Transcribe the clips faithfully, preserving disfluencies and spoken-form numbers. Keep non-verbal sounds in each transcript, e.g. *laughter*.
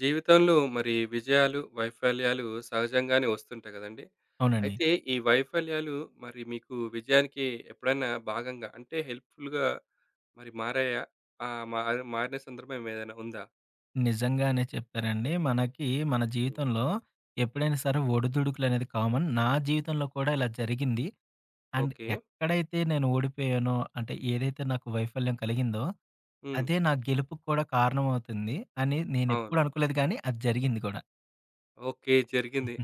జీవితంలో మరి విజయాలు, వైఫల్యాలు సహజంగానే వస్తుంటాయి గదండీ! అవునండి. అయితే ఈ వైఫల్యాలు మరి మీకు విజయానికి ఎప్పుడైనా భాగంగా అంటే హెల్ప్‌ఫుల్‌గా మరి మారాయా? ఆహ్, మా మారిన సందర్భం ఏదైనా ఉందా? నిజంగానే చెప్పారండి. మనకి మన హ్మ్. జీవితంలో ఎప్పుడైనా సరే ఒడిదుడుకులనేది కామన్. నా జీవితంలో కూడా ఇలా జరిగింది. And okay. ఎక్కడైతే నేను ఓడిపోయానో, అంటే ఏదైతే నాకు వైఫల్యం కలిగిందో, హ్మ్. అదే నా గెలుపుకి కూడా కారణమవుతుంది అని నేనెప్పుడు అవును. అనుకోలేదు గానీ, అది జరిగింది కూడా. ఓకే. జరిగింది.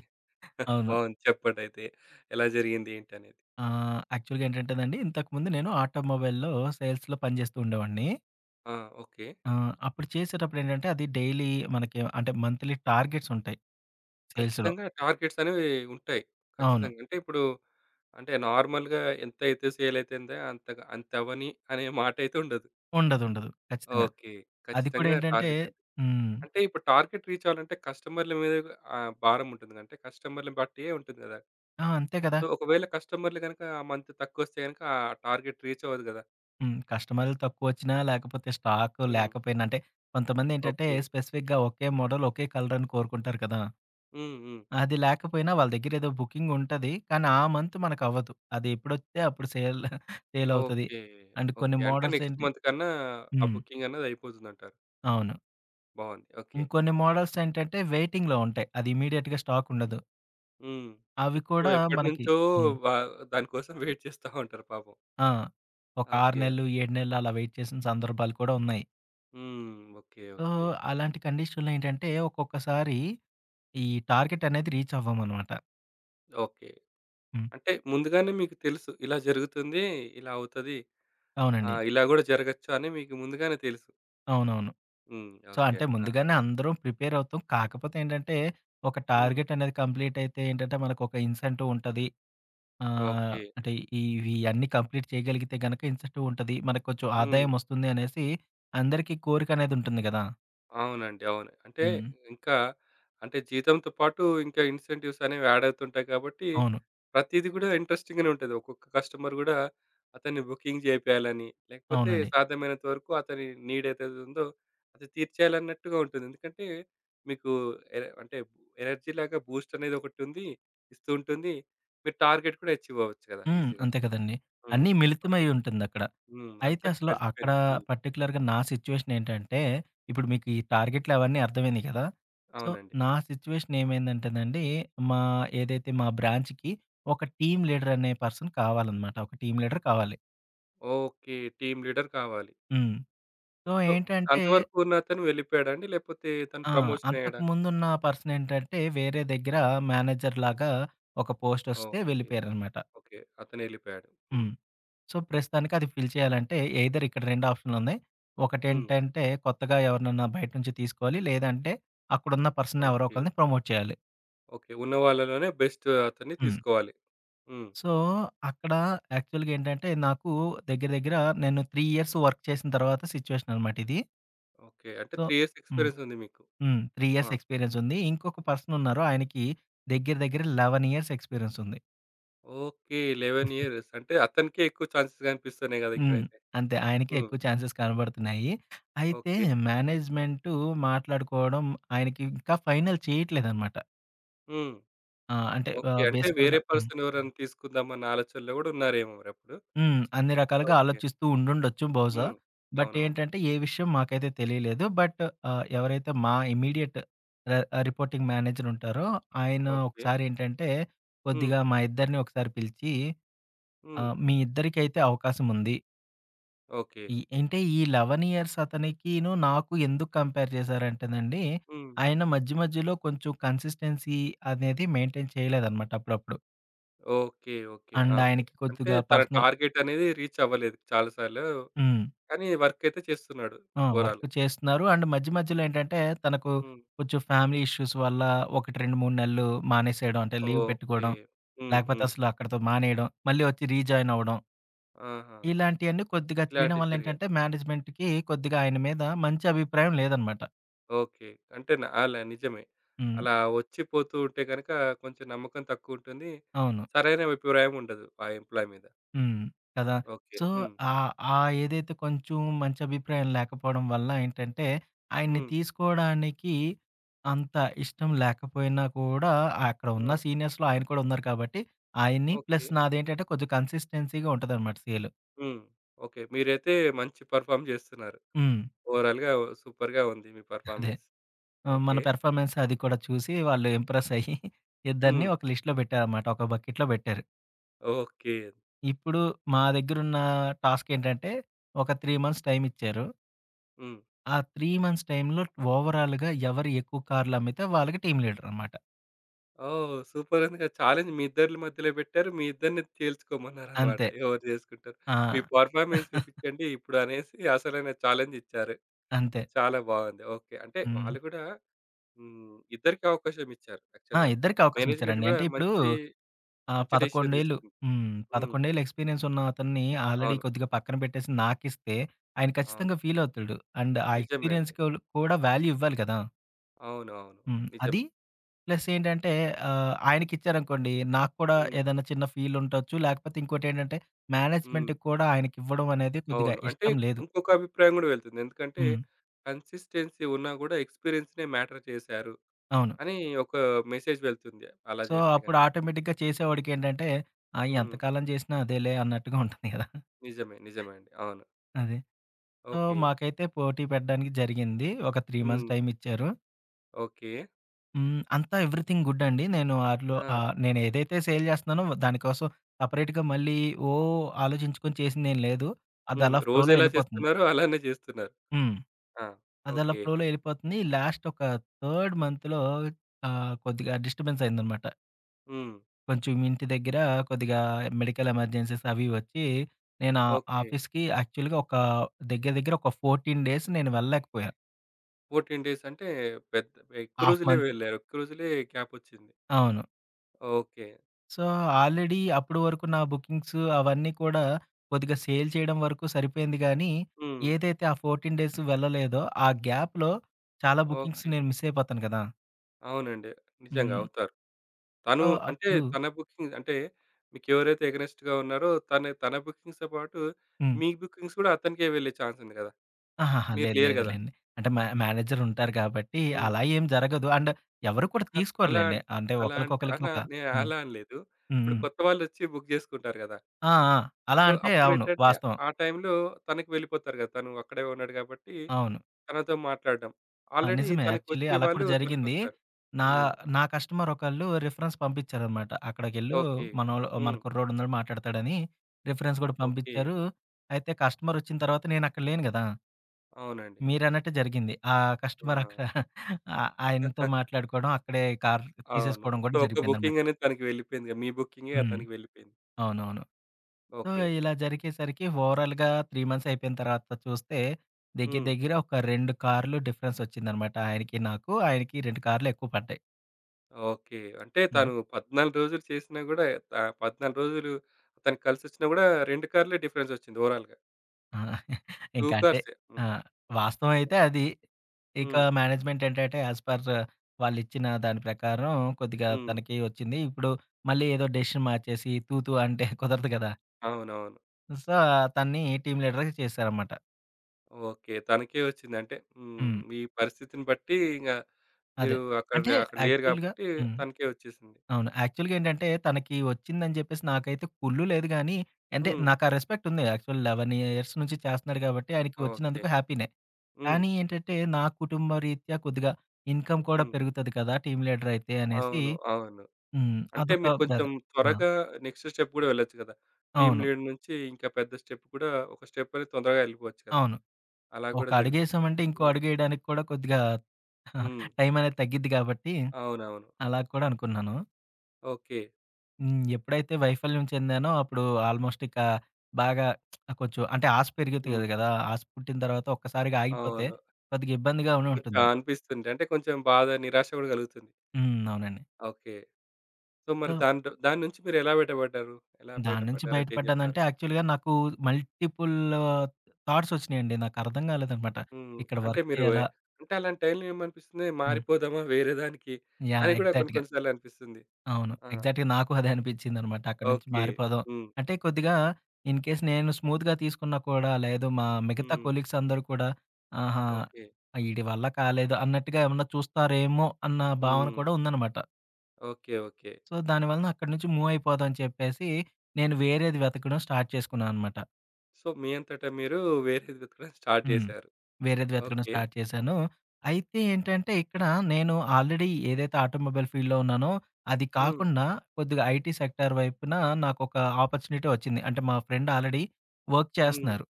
*laughs* అవును. బాగుంది. చెప్పండయితే ఎలా జరిగింది ఏంటనేది? ఆహ్, యాక్చువల్‌గా ఏంటంటేనండి, ఇంతకుముందు నేను ఆటోమొబైల్‌లో సేల్స్‌లో పనిజేస్తూ ఉండేవాడిని. ఆ! ఓకే. ఆ! అప్పుడు చేసేటప్పుడేంటంటే, అది డైలీ మనకి అంటే మంత్లీ టార్గెట్స్ ఉంటాయి సేల్స్‌లో. ఖచ్చితంగా టార్గెట్స్ అనేవి ఉంటాయి. అవును. ఖచ్చితంగా. అంటే ఇప్పుడు అంటే నార్మల్‌గా ఎంతైతే సేల్ అయితుందో అంతగా అంతవ్వని అనే మాటైతే ఉండదు. ఉండదుండదు. ఖచ్చితంగా. ఓకే. అది కూడా ఖచ్చితంగా ఏంటంటే టార్గెట్ ఉంటుంది. హ్మ్. అంటే ఇప్పుడు టార్గెట్ రీచ్ అవ్వాలంటే కస్టమర్‌ల మీద ఆహ్, భారం ఉంటుంది. అంటే కస్టమర్‌లని బట్టే ఉంటుంది గదా! ఆ! అంతే కదా! సో, ఒకవేళ కస్టమర్‌లు గనక ఆ మంత్ తక్కువొస్తే గనక ఆ టార్గెట్ రీచ్ అవ్వదు గదా! హ్మ్. కస్టమర్లు తక్కువొచ్చినా, లేకపోతే స్టాకు హ్మ్. లేకపోయినా అంటే కొంతమందేంటంటే ఓకే. స్పెసిఫిక్‌గా ఒకే మోడల్, ఒకే కలరని కోరుకుంటారు కదా! హ్మ్. హ్మ్. అది లేకపోయినా వాళ్ళ దగ్గరేదో బుకింగ్ ఉంటది. కానీ ఆ మంత్ మనకవ్వదు. అది ఎప్పుడొస్తే అప్పుడు సేల్ సేలవుతది. ఓకే. అండ్ కొన్ని ఓకే. అంటే మోడల్స్ నెక్స్ట్ ఏంటి మంత్ కన్నా ఆ హ్మ్. బుకింగ్ అన్నది అయిపోతుందంటారు. అవును. బావుంది. ఓకే. ఇంకొన్ని మోడల్స్ ఏంటంటే వెయిటింగ్‌లో ఉంటాయి. అది ఇమ్మీడియేట్‌గా స్టాకుండదు. హ్మ్. అవి సో, కూడా మనకి ఎప్పటినుంచో హ్మ్. వా దానికోసం *laughs* వెయిట్ చేస్తా ఉంటారు పాపం. ఆ! ఒక ఆరు ఓకే. నెలలు, ఏడు నెలలు అలా వెయిట్ చేసిన సందర్భాలు కూడా ఉన్నాయి. హ్మ్. ఓకే. So, okay. అలాంటి కండిషన్‌లో ఏంటంటే ఒక్కొక్కసారి ఈ టార్గెట్ అనేది రీచ్ అవ్వమనమాట. ఓకే. హ్మ్. అంటే ముందుగానే మీకు తెలుసు. ఇలా జరుగుతుంది. ఇలా అవుతది. ఆ! అవునండి. ఇలా గూడా జరగొచ్చు అని మీకు ముందుగానే తెలుసు. అవునవును. హ్మ్. So, okay. అంటే అండి. ఆ! ముందుగానే అందరం ప్రిపేర్ అవుతాం. కాకపోతే ఏంటంటే ఒక హ్మ్. టార్గెట్ అనేది కంప్లీట్ అయితే ఏంటంటే మనకొక ఇన్సెంటివ్ ఉంటది. ఆహ్, ఓకే. అంటే ఇవి అన్నీ కంప్లీట్ చేయగలిగితే గనక ఇన్సెంటివ్ ఉంటది. మనకు కొంచెం హ్మ్. ఆదాయం వస్తుంది అనేసి అందరికీ కోరిక అనేది ఉంటుంది గదా! అవునండి. అవును. అంటే హ్మ్. ఇంకా అంటే జీతంతో పాటు ఇంకా ఇన్సెంటివ్స్ అనేవి యాడ్ అవుతుంటాయి కాబట్టి, అవును. ప్రతీది గూడా ఇంట్రెస్టింగ్‌గానే ఉంటది. ఒక్కొక్క కస్టమర్ గూడా అతన్ని బుకింగ్ జేపియాలని, లేకపోతే అవునండి. సాధ్యమైనంత వరకు అతని నీడ్ ఏదైతే ఉందో అది తీర్చేయాలన్నట్టుగా ఉంటుంది. ఎందుకంటే మీకు ఎర అంటే ఎనర్జీలాగా బూస్ట్ అనేది ఒకటుంది. ఇస్తూ ఉంటుంది. మీరు టార్గెట్ కూడా అచీవ్ అవ్వచ్చు కదా! హ్మ్. ఈజీగా. అంతే కదండీ. హ్మ్. అన్నీ మిళితమై ఓకే. ఉంటుందక్కడ. హ్మ్. అయితే అంతా అసలు అక్కడ కలిసిపోయినాయి. హ్మ్. పర్టిక్యులర్‌గా నా సిట్యుయేషన్ ఏంటంటే, ఇప్పుడు మీకు ఈ టార్గెట్లు అవన్నీ అర్థమైనయి కదా! సో, అవునండి. నా సిట్యుయేషన్ ఏమైందంటేనండి, మా ఏదైతే మా బ్రాంచ్‌కి ఒక టీమ్ లీడర్ అనే పర్సన్ కావాలనమాట. ఒక టీమ్ లీడర్ కావాలి. ఓకే. టీమ్ లీడర్ కావాలి. హ్మ్. సో, సో, ఏంటంటే అంతవరకు ఉన్నతను వెళ్ళిపోయాడా అండి? లేపోతే తను ఆ! ప్రమోషన్ అంతకు అయ్యాడా? ముందున్న పర్సన్ ఏంటంటే, వేరే దగ్గర మేనేజర్ లాగా ఒక పోస్ట్ వస్తే ఓకే. వెళ్ళిపోయారనమాట. ఓకే. అతనెళ్ళిపోయాడు. హ్మ్. హ్మ్. సో, ప్రస్తుతానికి అది ఫిల్ చేయాలంటే ఎయిదర్ ఇక్కడ రెండు ఆప్షన్‌లున్నాయి. హ్మ్. ఒకటేంటంటే కొత్తగా ఎవరినన్నా బయట నుంచి తీసుకోవాలి. లేదంటే అక్కడున్న పర్సన్ ఎవరో ఓకే. ఒకళ్ళని ప్రమోట్ చేయాలి. ఓకే. ఉన్న వాళ్ళలోనే బెస్ట్ అతన్ని హ్మ్. తీసుకోవాలి. హ్మ్. సో, అక్కడ యాక్చువల్‌గా ఏంటంటే నాకు దగ్గర దగ్గర నేను మూడు ఇయర్స్ వర్క్ చేసిన తర్వాత సిట్యుయేషన్ అనమాట ఇది. ఓకే. అంటే సో మూడు ఇయర్స్ హ్మ్. ఎక్స్‌పీరియన్స్ ఉంది మీకు. హ్మ్. మూడు ఆ! ఇయర్స్ ఎక్స్‌పీరియన్స్ ఉంది. ఇంకొక పర్సన్ ఉన్నారు. ఆయనకి దగ్గర దగ్గర పదకొండు ఇయర్స్ ఎక్స్‌పీరియన్స్ ఉంది. ఓకే. పదకొండు ఇయర్స్. అంటే అతనికే ఎక్కువ ఛాన్సెస్ కనిపిస్తున్నాయి గదా! హ్మ్. ఇక్కడైతే. అంతే. ఆయనకే హ్మ్. ఎక్కువ ఛాన్సెస్ కనబడుతున్నాయి. అయితే ఓకే. మేనేజ్‌మెంటు మాట్లాడుకోవడం ఆయనకి ఇంకా ఫైనల్ చేయట్లేదనమాట. హ్మ్. ఆహ్, అంటే ఓకే. ఆహ్, అంటే వేరే బేసికల్‌గా హ్మ్. పర్సన్ ఎవరైనా తీసుకుందామన్న ఆలోచనలో గూడా ఉన్నారేమో మరప్పుడు? హ్మ్. అన్ని రకాలుగా ఓకే. ఆలోచిస్తూ ఉండుండొచ్చు బహుశా. హ్మ్. బట్ అవునవును. ఏంటంటే ఏ విషయం మాకైతే తెలియలేదు. బట్ ఆహ్, ఎవరైతే మా ఇమ్మీడియేట్ ర రిపోర్టింగ్ మేనేజర్ ఉంటారో ఆయన ఓకే. ఒకసారి ఏంటంటే హ్మ్. కొద్దిగా మా ఇద్దరిని ఒకసారి పిలిచి హ్మ్. ఆహ్, మీ ఇద్దరికైతే అవకాశం ఉంది. ఓకే. ఈ అంటే ఈ పదకొండు ఇయర్స్ అతనికిను, నాకు ఎందుకు కంపేర్ చేశారంటేనండి, హ్మ్. ఆయన మధ్య మధ్యలో కొంచెం కన్సిస్టెన్సీ అనేది మెయింటైన్ చేయలేదనమాట అప్పుడప్పుడు. ఓకే. ఓకే. ఆ! And okay. ఆయనకి అంటే కొద్దిగా తన పర్సనల్ టార్గెట్ అనేది రీచ్ అవ్వలేదు చాలా సార్లు. హ్మ్. కానీ వర్క్ అయితే చేస్తున్నాడు ఆ! ఓవరాల్. వర్క్ చేస్తున్నారు. అండ్ మధ్య మధ్యలో ఏంటంటే, తనకు హ్మ్. కొంచెం ఫ్యామిలీ ఇష్యూస్ వల్ల, ఒకటి రెండు, మూడు నెలలు మానేసేయడం, అంటే లీవ్ ఓకే. పెట్టుకోవడం. హ్మ్. లేకపోతే హ్మ్. అసలు అక్కడితో మానేయడం. మళ్ళీ వచ్చి రీజాయిన్ అవ్వడం. ఆహా! ఇలాంటియన్నీ కొద్దిగా చేయడం ఇలాంటివి వల్ల జరిగాయి. ఏంటంటే, మేనేజ్‌మెంట్‌కి కొద్దిగా ఆయన మీద మంచి అభిప్రాయం లేదనమాట. ఓకే. అంటే న అలా నిజమే. హ్మ్. అలా వచ్చి పోతూ ఉంటే గనక కొంచెం నమ్మకం తక్కువుంటుంది. అవును. సరైన అభిప్రాయం ఉండదు ఆ ఎంప్లాయీ మీద. హ్మ్. కదా! ఓకే. సో, హ్మ్. ఆహ్, ఆ ఏదైతే కొంచెం మంచి అభిప్రాయం లేకపోవడం వల్ల ఏంటంటే, ఆయన్ని హ్మ్. తీసుకోవడానికి అంత ఇష్టం లేకపోయినా కూడా అక్కడ ఉన్న ఆ! సీనియర్స్‌లో ఆయన కూడా ఉన్నారు కాబట్టి, ఆయన్ని ఓకే. ప్లస్ నాదేంటంటే కొంచెం కన్సిస్టెన్సీగా ఉంటదనమాట సేల్. హ్మ్. ఓకే. మీరైతే మంచి పెర్ఫార్మ్ చేస్తున్నారు. హ్మ్. ఓవరాల్‌గా సూపర్‌గా ఉంది మీ అదే. పెర్ఫార్మెన్స్. ఆహ్, మన ఓకే. పెర్ఫార్మన్స్ అది కూడా చూసి వాళ్ళు ఇంప్రెస్ అయ్యి ఇద్దరిని హ్మ్. ఒక లిస్ట్‌లో పెట్టారనమాట. ఒక బకెట్‌లో పెట్టారు. ఓకే. ఇప్పుడు మా దగ్గరున్న టాస్క్ ఏంటంటే, ఒక మూడు మంత్స్ టైమ్ ఇచ్చారు. హ్మ్. ఆ మూడు మంత్స్ టైంలో ఓవరాల్‌గా ఎవరు ఎక్కువ కార్లు అమ్మితే వాళ్ళకి టీమ్ లీడర్ అనమాట. ఓహ్! సూపరుందిగా. ఛాలెంజ్ మీ ఇద్దరి మధ్యలో బెట్టారు. మీ ఇద్దరిని తేల్చుకోమన్నారన్నమాట. అంతే. ఎవరు జేసుకుంటారు? ఆ! మీ పెర్ఫార్మన్స్ చూపిచ్చండి ఇప్పుడు అనేసి అసలైన ఛాలెంజ్ ఇచ్చారు. అంతే. చాలా బావుంది. ఓకే. అంటే హ్మ్. వాళ్ళు గూడా హ్మ్. ఇద్దరికీ అవకాశం ఇచ్చారు ఆ! యాక్చువల్‌గా. ఇద్దరికీ అవకాశం మేనేజ్‌మెంట్ ఇచ్చారండి. గూడా అంటే ఇప్పుడు మంచి, ఆహ్, మంచి డెసిషన్ పదకొండు ఏళ్ళు తీసుకుంది. హ్మ్. హ్మ్. పదకొండు ఏళ్ళు ఎక్స్‌పీరియన్స్ ఉన్న అతన్ని ఆల్రెడీ అవును. కొద్దిగా పక్కన పెట్టేసి నాకిస్తే ఆయన అవును. ఖచ్చితంగా ఫీల్ అవుతాడు. అండ్ ఆ నిజమే అండి. ఎక్స్‌పీరియన్స్‌కి కూడా వాల్యూ ఇవ్వాలి కదా! అవును. అవును. హ్మ్. అది నిజమే. ప్లస్ ఏంటంటే ఆహ్, ఆయనకిచ్చారనుకోండి నాకు కూడా హ్మ్. ఏదైనా చిన్న ఫీల్ ఉండొచ్చు. లేకపోతే ఇంకోటేంటంటే హ్మ్. మేనేజ్మెంట్‌కి కూడా ఆయనకివ్వడం అనేది కొద్దిగా అవును. అంటే ఇష్టం లేదు. ఇంకొక అభిప్రాయం గూడా వెళ్తుంది. ఎందుకంటే హ్మ్. కన్సిస్టెన్సీ ఉన్నా గూడా ఎక్స్‌పీరియన్స్‌నే మ్యాటర్ చేశారు అవును. అని ఒక మెసేజ్ వెళ్తుంది. అలా సో, చేస్తే అప్పుడు గనుక. ఆటోమేటిక్‌గా చేసేవాడికేంటంటే, ఆ! హ్మ్. ఎంతకాలం చేసినా అదేలే అన్నట్టుగా ఉంటుంది కదా! నిజమే. నిజమే అండి. అవును. అదే. So, okay. మాకైతే పోటీ పెట్టడానికి జరిగింది. ఒక మూడు మంత్స్ హ్మ్. టైమ్ ఇచ్చారు. ఓకే. హ్మ్. అంతా ఎవ్రీథింగ్ గుడ్ అండి. నేను ఆటిలో ఆ! ఆహ్, నేను ఏదైతే సేల్ చేస్తున్నానో దానికోసం సెపరేట్‌గా మళ్ళీ ఓ ఆలోచించుకొని చేసిందేం లేదు. హ్మ్. అదలా ఫ్లోలో రోజెలా ఎళ్ళిపోతుంది. చేస్తున్నారో అలానే చేస్తున్నారు. హ్మ్. ఆ! అదలా ఓకే. ఫ్లోలో ఎళ్ళిపోతుంది. లాస్ట్ ఒక థర్డ్ మంత్‌లో ఆహ్, కొద్దిగా డిస్టర్బెన్స్ అయిందనమాట. హ్మ్. కొంచెం ఇంటి దగ్గర కొద్దిగా మెడికల్ ఎమర్జెన్సీస్ అవి వచ్చి, నేను ఆ ఓకే. ఆఫీస్‌కి యాక్చువల్‌గా ఒక దగ్గర దగ్గర ఒక పద్నాలుగు డేస్ నేను వెళ్ళలేకపోయా. పద్నాలుగు డేస్ అంటే పెద్ద ఎక్కువ హాఫ్ రోజులే మంత్. వెళ్లారు. ఎక్కువ రోజులే గ్యాపొచ్చింది. అవును. ఓకే. సో, ఆల్రెడీ అప్పటి వరకు నా బుకింగ్స్ అవన్నీ కూడా కొద్దిగా సేల్ చేయడం వరకు సరిపోయింది గానీ, హ్మ్. ఏదైతే ఆ పద్నాలుగు డేస్ వెళ్ళలేదో ఆ గ్యాప్‌లో చాలా బుకింగ్స్ ఓకే. నేను మిస్ అయిపోతాను కదా! అవునండి. నిజంగా హ్మ్. అవుతారు. తను సో, అంటే అప్పుడు తన బుకింగ్ అంటే మీకెవరైతే ఎగనెస్ట్‌గా ఉన్నారో తను తన బుకింగ్స్‌తో పాటు హ్మ్. మీ బుకింగ్స్ కూడా అతనికే వెళ్ళే ఛాన్స్ ఉంది కదా! ఆహాహా! మీరు లేదు లేరు కదా! లేదులెండి. అంటే మా మేనేజర్ ఉంటారు కాబట్టి హ్మ్. అలా ఏం జరగదు. అండ్ ఎవరు కూడా అక్ అలా తీసుకోరులెండి. అంటే అలా అంటే ఒకళ్ళకొకళ్ళకి అలా ఒక నేను హ్మ్. అలా అనలేదు. హ్మ్. ఇప్పుడు హ్మ్. కొత్త వాళ్ళొచ్చి బుక్ చేసుకుంటారు కదా! ఆ! ఆ! అలా సో, అంటే అవును. అప్పుడేంటంటే వాస్తవం. ఆ టైంలో తనకి వెళ్ళిపోతారు కదా! తను అక్కడే ఉన్నాడు కాబట్టి అవును. తనతో మాట్లాడడం. ఆ! ఆల్రెడీ నిజమే తనకి యాక్చువల్లీ అలా కూడా వచ్చేవాళ్ళు జరిగింది. తనకొస్తారు. నా హ్మ్. నా కస్టమర్ ఒకళ్ళు రిఫరెన్స్ పంపించారనమాట. అక్కడికెళ్ళు ఓకే. మనోళ్ళు మన హ్మ్. కుర్రోడున్నాడు మాట్లాడతాడని రిఫరెన్స్ కూడా ఓకే. పంపించారు. అయితే కస్టమర్ వచ్చిన తర్వాత నేనక్కడ లేను గదా! అవునండి. మీరన్నట్టే జరిగింది. ఆ ఆ! కస్టమర్ అక్కడ ఆ ఆయనతో *laughs* మాట్లాడుకోవడం, అక్కడే కార్ అవును. తీసేసుకోవడం సో, కూడా ఒక జరిగిపోయిందనమాట. బుకింగ్ అనేది తనకి వెళ్ళిపోయిందిగా. మీ బుకింగే హ్మ్. తనకి వెళ్ళిపోయింది. అవునవును. So, okay. ఇలా జరిగేసరికి ఓవరాల్‌గా మూడు మంత్స్ అయిపోయిన తర్వాత చూస్తే, దగ్గర హ్మ్. దగ్గర ఒక రెండు కార్లు డిఫరెన్స్ వచ్చిందనమాట. ఆయనకి నాకు, ఆయనకి రెండు కార్లు ఎక్కువ పడ్డాయి. ఓకే. అంటే హ్మ్. తను పద్నాలుగు రోజులు చేసినా గూడా ఆహ్, పద్నాలుగు రోజులు తనకి కలిసొచ్చినా గూడా రెండు కార్లే డిఫరెన్సొచ్చింది ఓవరాల్‌గా. ఆ! *laughs* రెండు ఇంకా అంతే. కార్సే. హ్మ్. ఆ! వాస్తవం అయితే అది. ఇక హ్మ్. మేనేజ్‌మెంట్ ఏంటంటే, యాస్ పర్ వాళ్ళిచ్చిన దాని ప్రకారం కొద్దిగా హ్మ్. తనకి వచ్చింది. ఇప్పుడు మళ్ళీ ఏదో డెసిషన్ మార్చేసి తూతూ అంటే కుదరదు కదా! అవునవును. సో, తన్ని టీమ్ లీడర్‌గా చేశారన్నమాట. ఓకే. తనకే వచ్చింది. అంటే హ్మ్. హ్మ్. మీ పరిస్థితిని బట్టి ఇంగ అదే. మీరు అక్కడ అంటే అక్కడ లేరు యాక్చువల్‌గా గాబట్టి హ్మ్. తనకే వచ్చేసింది. అవును. యాక్చువల్‌గా ఏంటంటే తనకి వచ్చిందని చెప్పేసి నాకైతే కుళ్ళు లేదు గానీ, అంటే హ్మ్. నాకు ఆ రెస్పెక్ట్ ఉంది. యాక్చువల్ పదకొండు ఇయర్స్ నుంచి చేస్తున్నాడు కాబట్టి ఆయనకి ఓకే. వచ్చినందుకు హ్యాపీనే. హ్మ్. కానీ ఏంటంటే నా కుటుంబ రీత్యా కొద్దిగా ఇన్‌కమ్ కూడా హ్మ్. పెరుగుతది కదా! టీమ్ లీడర్ అయితే అనేసి అవును. అవును. హ్మ్. అంటే అదొక మీరు బాధ. కొంచెం ఆ! త్వరగా నెక్స్ట్ స్టెప్ గూడా వెళ్ళొచ్చు గదా! టీమ్ అవును. లీడ్ నుంచి ఇంకా పెద్ద స్టెప్ కూడా ఒక స్టెప్ అనేది తొందరగా వెళ్ళిపోవచ్చు కదా! అవును. అలా ఒక గూడా జరుగుతుంది. అడుగేసామంటే ఇంకో హ్మ్. అడుగేయడానికి కూడా కొద్దిగా హ్మ్. టైం అనేది తగ్గిద్ది కాబట్టి అవునవును. అలా కూడా అనుకున్నాను. ఓకే. హ్మ్. ఎప్పుడైతే వైఫల్యం చెందానో అప్పుడు ఆల్మోస్ట్ ఇక బాగా కొంచెం అంటే ఆశ హ్మ్. పెరుగుతది గదా! ఆశ పుట్టిన తర్వాత ఒక్కసారిగా ఆగిపోతే అవును. కొద్దిగా ఇబ్బందిగానే కొంచెం ఉంటుంది. అనిపిస్తుంది. అంటే కొంచెం బాధ, నిరాశ గూడా కలుగుతుంది. హ్మ్. అవునండి. ఓకే. సో, మరి సో, దాంట్లో దాని నుంచి మీరెలా బయటపడ్డారు? ఎలా దాని నుంచి బయటపడ్డారంటే ఏం బయటపడ్డానంటే జెప్తారు? యాక్చువల్‌గా నాకు మల్టిపుల్ థాట్స్ ఒచ్చినాయండి. నాకు అర్థం కాలేదనమాట. హ్మ్. ఇక్కడ అంటే వర్క్ మీరు ఏ- చేయాలా అంటే అలాంటి టైంలో ఏమనిపిస్తుంది? హ్మ్. మారిపోదామా వేరే దానికి యాహ్! అని కూడా కొన్ని ఎగ్జాక్ట్‌గా. కొన్ని సార్లు అనిపిస్తుంది. అవును. ఆ! ఎగ్జాక్ట్‌గా నాకు అదే అనిపించిందనమాట. అక్కడి నుంచి ఓకే. మారిపోదాం. హ్మ్. అంటే కొద్దిగా ఇన్ కేస్ నేను స్మూత్‌గా తీసుకున్నా కూడా లేదు మా మిగతా హ్మ్. కొలీగ్స్ అందరూ కూడా ఆహా! ఓకే. ఈడి వల్ల కాలేదు అన్నట్టుగా ఏమన్నా చూస్తారేమో అన్న భావన హ్మ్. కూడా ఉందనమాట. ఓకే. ఓకే. సో, దానివలన అక్కడి నుంచి మూవ్ అయిపోదాం అని చెప్పేసి నేను వేరేది వెతకడం స్టార్ట్ చేసుకున్నాననమాట. సో, మీ అంతట మీరు వేరేది వెతకడం స్టార్ట్ హ్మ్. చేశారు. వేరేది వెతకడం ఓకే. స్టార్ట్ చేశాను. అయితే ఏంటంటే, ఇక్కడ నేను ఆల్రెడీ ఏదైతే ఆటోమొబైల్ ఫీల్డ్‌లో ఉన్నానో, అది హ్మ్. కాకుండా కొద్దిగా ఐటీ సెక్టార్ వైపున నాకొక ఆపర్చునిటీ వచ్చింది. అంటే మా ఫ్రెండ్ ఆల్రెడీ వర్క్ హ్మ్. చేస్తున్నారు.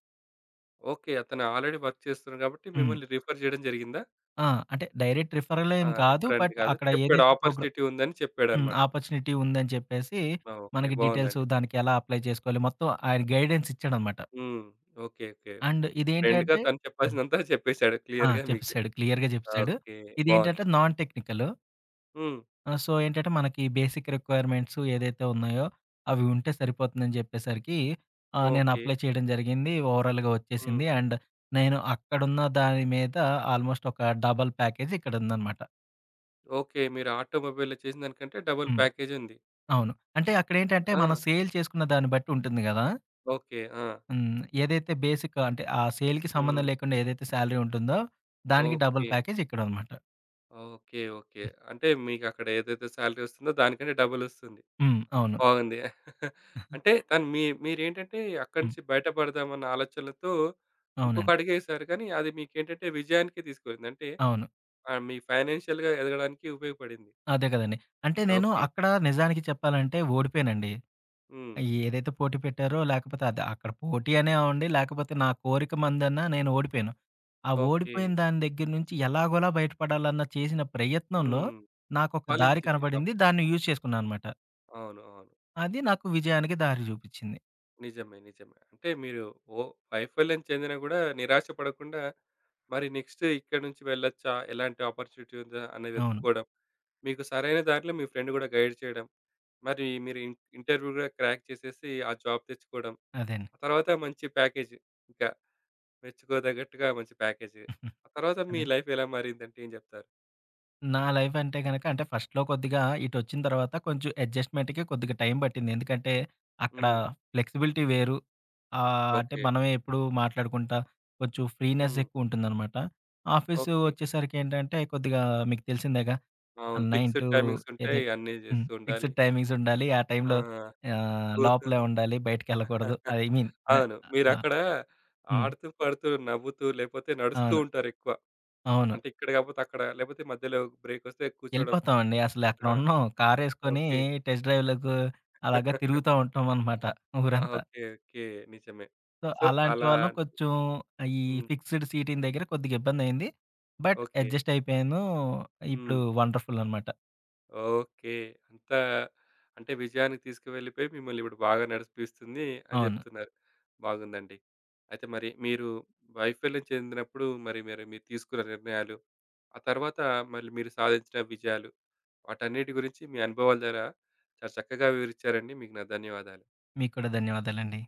ఓకే. అతను ఆల్రెడీ వర్క్ చేస్తున్నారు కాబట్టి హ్మ్. మిమ్మల్ని రిఫర్ చేయడం జరిగిందా? ఆ! అంటే డైరెక్ట్ రిఫరల్ ఆ! ఏం కాదు. రిఫర్ అంటే బట్ కాదు. అక్కడ చెప్పాడు ఏదైతే ప్రోగ్రామ్ ఆపర్చునిటీ ఉందని హ్మ్. చెప్పాడన్నమాట. ఆపర్చునిటీ ఉందని చెప్పేసి ఆ! ఓకే. మనకి డీటెయిల్స్ బావుందండి. దానికి ఎలా అప్లై చేసుకోవాలి మొత్తం ఆయన గైడెన్స్ ఇచ్చాడనమాట. హ్మ్. ఓకే. ఓకే. అండ్ ఫ్రెండ్‌గా ఇదేంటంటే తను హ్మ్. చెప్పాల్సినంతా చెప్పేసాడు ఆ! క్లియర్‌గా మీకు. చెప్పేసాడు. క్లియర్‌గా చెప్పేసాడు. ఓకే. బావుంది. ఇదేంటంటే నాన్ టెక్నికల్. హ్మ్. ఆ! సో, ఏంటంటే మనకి బేసిక్ రిక్వైర్‌మెంట్స్ ఏదైతే ఉన్నాయో, అవి ఉంటే సరిపోతుందని జెప్పేసరికి ఆహ్, నేను ఓకే. అప్లై చేయడం జరిగింది. ఓవరాల్‌గా హ్మ్. వచ్చేసింది. అండ్ నేను అక్కడున్న దాని మీద ఆల్మోస్ట్ ఒక డబుల్ ప్యాకేజ్ ఇక్కడుందనమాట. ఓకే. మీరు ఆటోమొబైల్‌లో చేసిన దానికంటే డబుల్ హ్మ్. ప్యాకేజ్ ఉంది. అవును. అంటే అక్కడేంటంటే ఆ! మనం సేల్ చేసుకున్న దాన్ని బట్టి ఉంటుంది గదా! ఓకే. ఆ! హ్మ్. ఏదైతే బేసిక్ అంటే ఆ సేల్‌కి సంబంధం హ్మ్. లేకుండా ఏదైతే సాలరీ ఉంటుందో, దానికి డబుల్ ఓకే. ప్యాకేజ్ ఇక్కడనమాట. ఓకే. ఓకే. అంటే మీకక్కడ ఏదైతే సాలరీ వస్తుందో దానికంటే డబలొస్తుంది. హ్మ్. అవును. బాగుంది. *laughs* అంటే తను మీ మీరేంటంటే అక్కడి హ్మ్. నుంచి బయటపడదామన్న ఆలోచనలతో ఇంకొక అవునండి. అడుగేశారు. కానీ అది మీకేంటంటే విజయానికి తీసుకెళ్ళింది. అంటే అవును. ఆహ్, మీ ఫైనాన్షియల్‌గా ఎదగడానికి ఉపయోగపడింది. అదే గదండీ. అంటే నేను ఓకే. అక్కడ నిజానికి చెప్పాలంటే ఓడిపోయానండి. హ్మ్. ఏదైతే పోటీ పెట్టారో లేకపోతే అది అక్కడ పోటీ అనే అవ్వండి, లేకపోతే నా కోరిక మందన్న నేను ఓడిపోయాను. ఆ ఓకే. ఓడిపోయిన దాని దగ్గర నుంచి ఎలాగోలా బయటపడాలన్న చేసిన ప్రయత్నంలో హ్మ్. నాకొక దారి ఫలించింది. అప్ కనపడింది. దాన్ని యూజ్ చేసుకున్నాననమాట. అవును. అవును. అది నాకు విజయానికి దారి జూపిచ్చింది. నిజమే. నిజమే. అంటే మీరు ఓ వైఫల్యం చెందినా గూడా నిరాశ పడకుండా మరి నెక్స్ట్ ఇక్కడి నుంచి వెళ్ళొచ్చా? ఎలాంటి ఆపర్చునిటీ ఉందా అనేది అవును. వెతుక్కోవడం. మీకు సరైన దారిలో మీ ఫ్రెండ్ గూడా గైడ్ చేయడం. మరి మీరు ఇన్ ఇంటర్వ్యూ గూడా క్రాక్ చేసేసి ఆ జాబ్ తెచ్చుకోవడం. అదే అండి. ఆ తర్వాత మంచి ప్యాకేజ్ ఇంకా మెచ్చుకోదగ్గట్టుగా మంచి ప్యాకేజ్. *laughs* ఆ తర్వాత మీ అదే. లైఫ్ ఎలా మారిందంటే ఏం జెప్తారు? నా లైఫ్ అంటే గనక అంటే ఫస్ట్‌లో కొద్దిగా ఇటొచ్చిన తర్వాత కొంచెం అడ్జస్ట్‌మెంట్‌కి కొద్దిగా టైం పట్టింది. ఎందుకంటే అక్కడ హ్మ్. ఫ్లెక్సిబిలిటీ వేరు. ఆహ్, అంటే ఓకే. మనమే ఎప్పుడు మాట్లాడుకుంటా కొంచెం ఫ్రీనెస్ హ్మ్. ఎక్కువుంటుందనమాట. Office okay. వచ్చేసరికేంటంటే కొద్దిగా మీకు తెలిసిందేగా అవును. తొమ్మిది ఫిక్స్‌డ్ టు టైమింగ్స్ అదే ఉంటాయి. అన్నీ హ్మ్. జేస్తూ ఉండాలి. ఫిక్స్‌డ్ టైమింగ్స్ ఉండాలి. ఆ టైంలో ఆ! ఆహ్, లోపలే *laughs* ఉండాలి. బయటికెళ్ళకూడదు. ఐ మీన్ అవును. ఆహ్, మీరక్కడ హ్మ్. ఆడుతూ, పాడుతూ, నవ్వుతూ లేపోతే నడుస్తూ అవును. ఉంటారెక్కువ. అవును. అంటే ఇక్కడ కాపోతే అక్కడ, లేపోతే మధ్యలో బ్రేకొస్తే కూర్చోవడం. ఎళ్ళిపోతామండి. అసలు అక్కడ ఆ! ఉండం. కారేసుకొని ఓకే. టెస్ట్ డ్రైవ్‌లకు అలాగా *laughs* తిరుగుతా ఉంటాం అనమాట ఆ! ఊరంతా. ఓకే. ఓకే. నిజమే. సో, సో, అలాంటి అలా వాళ్ళం కొంచెం ఈ హ్మ్. ఫిక్స్డ్ సీటింగ్ దగ్గర కొద్దిగా ఇబ్బందయింది. But okay. అడ్జస్ట్ అయిపోయాను. ఇప్పుడు హ్మ్. వండర్‌ఫుల్ అనమాట. ఓకే. అంతా అంటే విజయానికి తీసుకువెళ్ళిపోయి మిమ్మల్ని ఇప్పుడు బాగా నడిపిస్తుంది అని అవును. జెప్తున్నారు. బాగుందండి. అయితే మరి మీరు వైఫల్యం చెందినప్పుడు మరి మరి మీరు తీసుకున్న నిర్ణయాలు, ఆ తర్వాత మళ్ళీ మీరు సాధించిన విజయాలు, వాటన్నిటి గురించి మీ అనుభవాల ద్వారా చాలా చక్కగా వివరిచ్చారండి. మీకు నా ధన్యవాదాలు. మీకు కూడా ధన్యవాదాలండి.